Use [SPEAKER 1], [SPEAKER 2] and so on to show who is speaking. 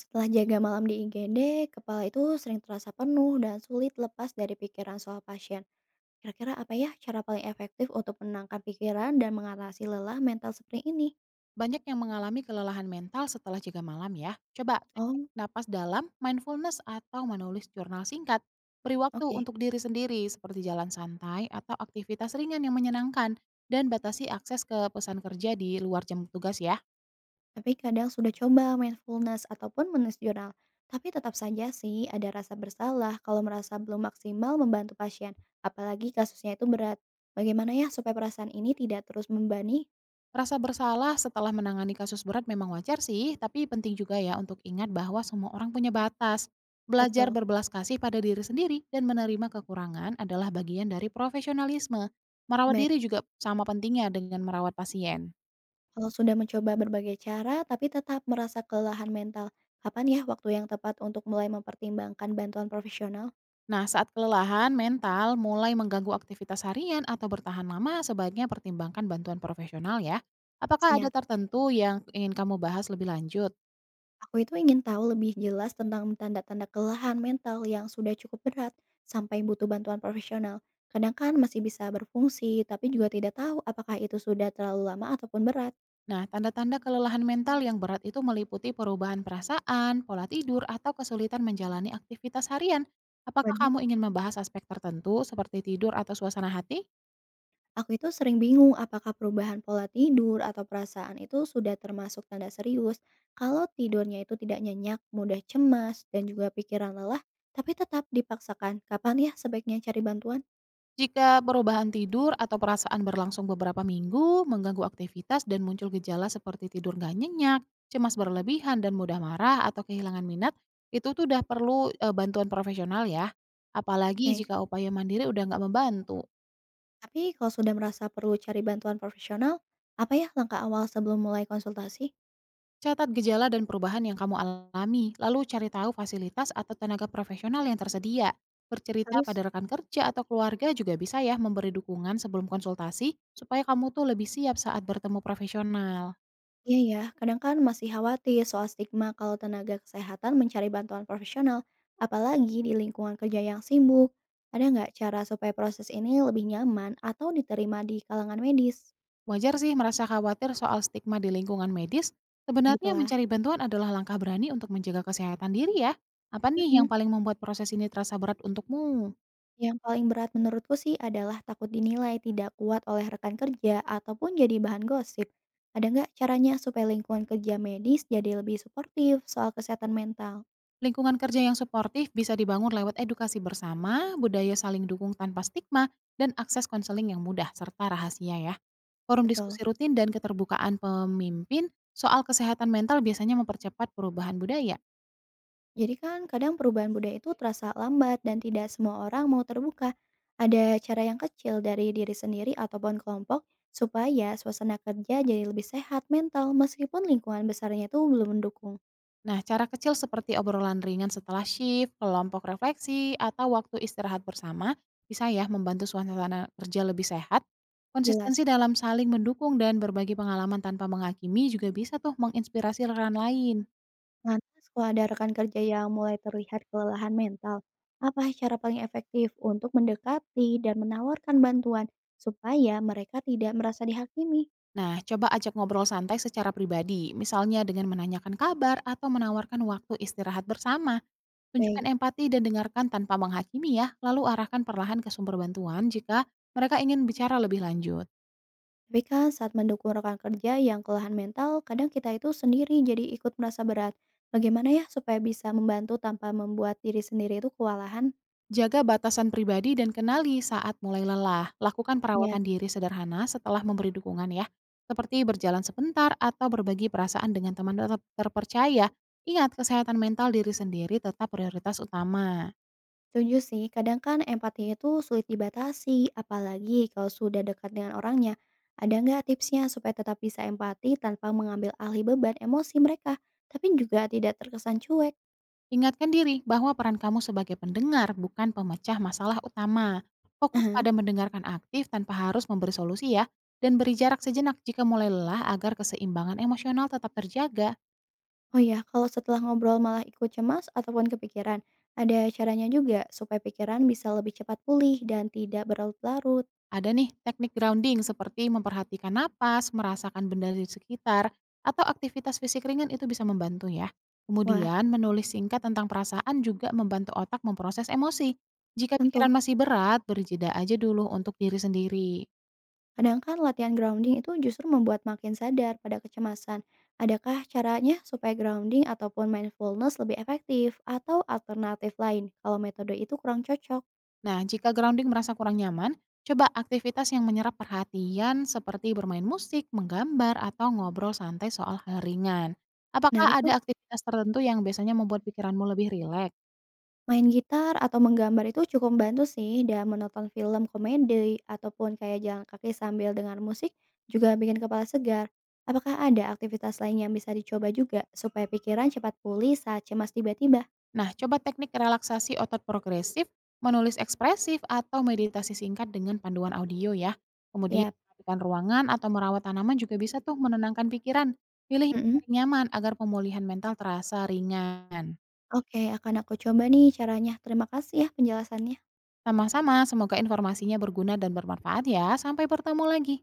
[SPEAKER 1] Setelah jaga malam di IGD, kepala itu sering terasa penuh dan sulit lepas dari pikiran soal pasien. Kira-kira apa ya cara paling efektif untuk menenangkan pikiran dan mengatasi lelah mental seperti ini?
[SPEAKER 2] Banyak yang mengalami kelelahan mental setelah jaga malam ya. Coba teknik
[SPEAKER 1] Oh,
[SPEAKER 2] napas dalam, mindfulness atau menulis jurnal singkat. Beri waktu
[SPEAKER 1] oke.
[SPEAKER 2] untuk diri sendiri seperti jalan santai atau aktivitas ringan yang menyenangkan dan batasi akses ke pesan kerja di luar jam tugas ya.
[SPEAKER 1] Tapi kadang sudah coba mindfulness ataupun menulis jurnal. Tapi tetap saja sih ada rasa bersalah kalau merasa belum maksimal membantu pasien. Apalagi kasusnya itu berat. Bagaimana ya supaya perasaan ini tidak terus membebani?
[SPEAKER 2] Rasa bersalah setelah menangani kasus berat memang wajar sih, tapi penting juga ya untuk ingat bahwa semua orang punya batas. Belajar
[SPEAKER 1] Betul.
[SPEAKER 2] berbelas kasih pada diri sendiri dan menerima kekurangan adalah bagian dari profesionalisme. Merawat
[SPEAKER 1] Baik.
[SPEAKER 2] diri juga sama pentingnya dengan merawat pasien.
[SPEAKER 1] Kalau sudah mencoba berbagai cara tapi tetap merasa kelelahan mental, kapan ya waktu yang tepat untuk mulai mempertimbangkan bantuan profesional?
[SPEAKER 2] Nah, saat kelelahan mental mulai mengganggu aktivitas harian atau bertahan lama, sebaiknya pertimbangkan bantuan profesional ya. Apakah ada
[SPEAKER 1] Siap.
[SPEAKER 2] tertentu yang ingin kamu bahas lebih lanjut?
[SPEAKER 1] Aku itu ingin tahu lebih jelas tentang tanda-tanda kelelahan mental yang sudah cukup berat sampai butuh bantuan profesional. Kadang kan masih bisa berfungsi, tapi juga tidak tahu apakah itu sudah terlalu lama ataupun berat.
[SPEAKER 2] Nah, tanda-tanda kelelahan mental yang berat itu meliputi perubahan perasaan, pola tidur, atau kesulitan menjalani aktivitas harian. Apakah
[SPEAKER 1] Waduh.
[SPEAKER 2] kamu ingin membahas aspek tertentu seperti tidur atau suasana hati?
[SPEAKER 1] Aku itu sering bingung apakah perubahan pola tidur atau perasaan itu sudah termasuk tanda serius. Kalau tidurnya itu tidak nyenyak, mudah cemas, dan juga pikiran lelah, tapi tetap dipaksakan. Kapan ya sebaiknya cari bantuan?
[SPEAKER 2] Jika perubahan tidur atau perasaan berlangsung beberapa minggu, mengganggu aktivitas dan muncul gejala seperti tidur nggak nyenyak, cemas berlebihan dan mudah marah atau kehilangan minat, itu tuh udah perlu bantuan profesional ya. Apalagi
[SPEAKER 1] Oke,
[SPEAKER 2] jika upaya mandiri udah nggak membantu.
[SPEAKER 1] tapi kalau sudah merasa perlu cari bantuan profesional, apa ya langkah awal sebelum mulai konsultasi?
[SPEAKER 2] Catat gejala dan perubahan yang kamu alami, lalu cari tahu fasilitas atau tenaga profesional yang tersedia. Bercerita pada
[SPEAKER 1] Terus?
[SPEAKER 2] rekan kerja atau keluarga juga bisa ya memberi dukungan sebelum konsultasi, supaya kamu tuh lebih siap saat bertemu profesional.
[SPEAKER 1] Iya ya, kadang kan masih khawatir soal stigma kalau tenaga kesehatan mencari bantuan profesional, apalagi di lingkungan kerja yang sibuk. Ada nggak cara supaya proses ini lebih nyaman atau diterima di kalangan medis?
[SPEAKER 2] Wajar sih merasa khawatir soal stigma di lingkungan medis, sebenarnya
[SPEAKER 1] Begitulah.
[SPEAKER 2] mencari bantuan adalah langkah berani untuk menjaga kesehatan diri ya. Apa nih yang
[SPEAKER 1] Mhm.
[SPEAKER 2] paling membuat proses ini terasa berat untukmu?
[SPEAKER 1] Yang paling berat menurutku sih adalah takut dinilai tidak kuat oleh rekan kerja ataupun jadi bahan gosip. Ada nggak caranya supaya lingkungan kerja medis jadi lebih suportif soal kesehatan mental?
[SPEAKER 2] Lingkungan kerja yang suportif bisa dibangun lewat edukasi bersama, budaya saling dukung tanpa stigma, dan akses konseling yang mudah serta rahasia ya. Forum
[SPEAKER 1] Betul.
[SPEAKER 2] diskusi rutin dan keterbukaan pemimpin soal kesehatan mental biasanya mempercepat perubahan budaya.
[SPEAKER 1] Jadi kan kadang perubahan budaya itu terasa lambat dan tidak semua orang mau terbuka. Ada cara yang kecil dari diri sendiri ataupun kelompok supaya suasana kerja jadi lebih sehat mental meskipun lingkungan besarnya itu belum mendukung.
[SPEAKER 2] Nah, cara kecil seperti obrolan ringan setelah shift, kelompok refleksi, atau waktu istirahat bersama bisa ya membantu suasana kerja lebih sehat. Konsistensi
[SPEAKER 1] Jelas.
[SPEAKER 2] dalam saling mendukung dan berbagi pengalaman tanpa menghakimi juga bisa tuh menginspirasi rekan lain.
[SPEAKER 1] Lantas kalau ada rekan kerja yang mulai terlihat kelelahan mental, apa cara paling efektif untuk mendekati dan menawarkan bantuan supaya mereka tidak merasa dihakimi?
[SPEAKER 2] Nah, coba ajak ngobrol santai secara pribadi, misalnya dengan menanyakan kabar atau menawarkan waktu istirahat bersama. Tunjukkan
[SPEAKER 1] Baik.
[SPEAKER 2] empati dan dengarkan tanpa menghakimi ya, lalu arahkan perlahan ke sumber bantuan jika mereka ingin bicara lebih lanjut.
[SPEAKER 1] Tapi kan saat mendukung rekan kerja yang kelelahan mental, kadang kita itu sendiri jadi ikut merasa berat. Bagaimana ya supaya bisa membantu tanpa membuat diri sendiri itu kewalahan?
[SPEAKER 2] Jaga batasan pribadi dan kenali saat mulai lelah. Lakukan
[SPEAKER 1] Ya,
[SPEAKER 2] perawatan diri sederhana setelah memberi dukungan ya, seperti berjalan sebentar atau berbagi perasaan dengan teman terpercaya. Ingat, kesehatan mental diri sendiri tetap prioritas utama.
[SPEAKER 1] setuju sih. Kadang kan empati itu sulit dibatasi, apalagi kalau sudah dekat dengan orangnya. Ada nggak tipsnya supaya tetap bisa empati tanpa mengambil alih beban emosi mereka, tapi juga tidak terkesan cuek?
[SPEAKER 2] Ingatkan diri bahwa peran kamu sebagai pendengar bukan pemecah masalah utama. Fokus pada mendengarkan aktif tanpa harus memberi solusi ya, dan beri jarak sejenak jika mulai lelah agar keseimbangan emosional tetap terjaga.
[SPEAKER 1] Oh ya, kalau setelah ngobrol malah ikut cemas ataupun kepikiran, ada caranya juga supaya pikiran bisa lebih cepat pulih dan tidak berlarut-larut.
[SPEAKER 2] Ada nih teknik grounding seperti memperhatikan napas, merasakan benda di sekitar, atau aktivitas fisik ringan itu bisa membantu ya.
[SPEAKER 1] Wah,
[SPEAKER 2] Kemudian menulis singkat tentang perasaan juga membantu otak memproses emosi. Jika
[SPEAKER 1] tentu.
[SPEAKER 2] pikiran masih berat, beri jeda aja dulu untuk diri sendiri.
[SPEAKER 1] Kadang kan latihan grounding itu justru membuat makin sadar pada kecemasan. Adakah caranya supaya grounding ataupun mindfulness lebih efektif atau alternatif lain kalau metode itu kurang cocok?
[SPEAKER 2] Nah, jika grounding merasa kurang nyaman, coba aktivitas yang menyerap perhatian seperti bermain musik, menggambar, atau ngobrol santai soal hal ringan. Apakah
[SPEAKER 1] Menarik
[SPEAKER 2] ada
[SPEAKER 1] tuh.
[SPEAKER 2] aktivitas tertentu yang biasanya membuat pikiranmu lebih rileks?
[SPEAKER 1] Main gitar atau menggambar itu cukup membantu sih dan menonton film komedi ataupun kayak jalan kaki sambil dengar musik juga bikin kepala segar. Apakah ada aktivitas lain yang bisa dicoba juga supaya pikiran cepat pulih saat cemas tiba-tiba?
[SPEAKER 2] Nah, coba teknik relaksasi otot progresif, menulis ekspresif, atau meditasi singkat dengan panduan audio ya. Kemudian,
[SPEAKER 1] Ya,
[SPEAKER 2] merapikan ruangan atau merawat tanaman juga bisa tuh menenangkan pikiran. Pilih yang paling nyaman agar pemulihan mental terasa ringan.
[SPEAKER 1] oke, akan aku coba nih caranya. Terima kasih ya penjelasannya.
[SPEAKER 2] Sama-sama, semoga informasinya berguna dan bermanfaat ya. Sampai bertemu lagi.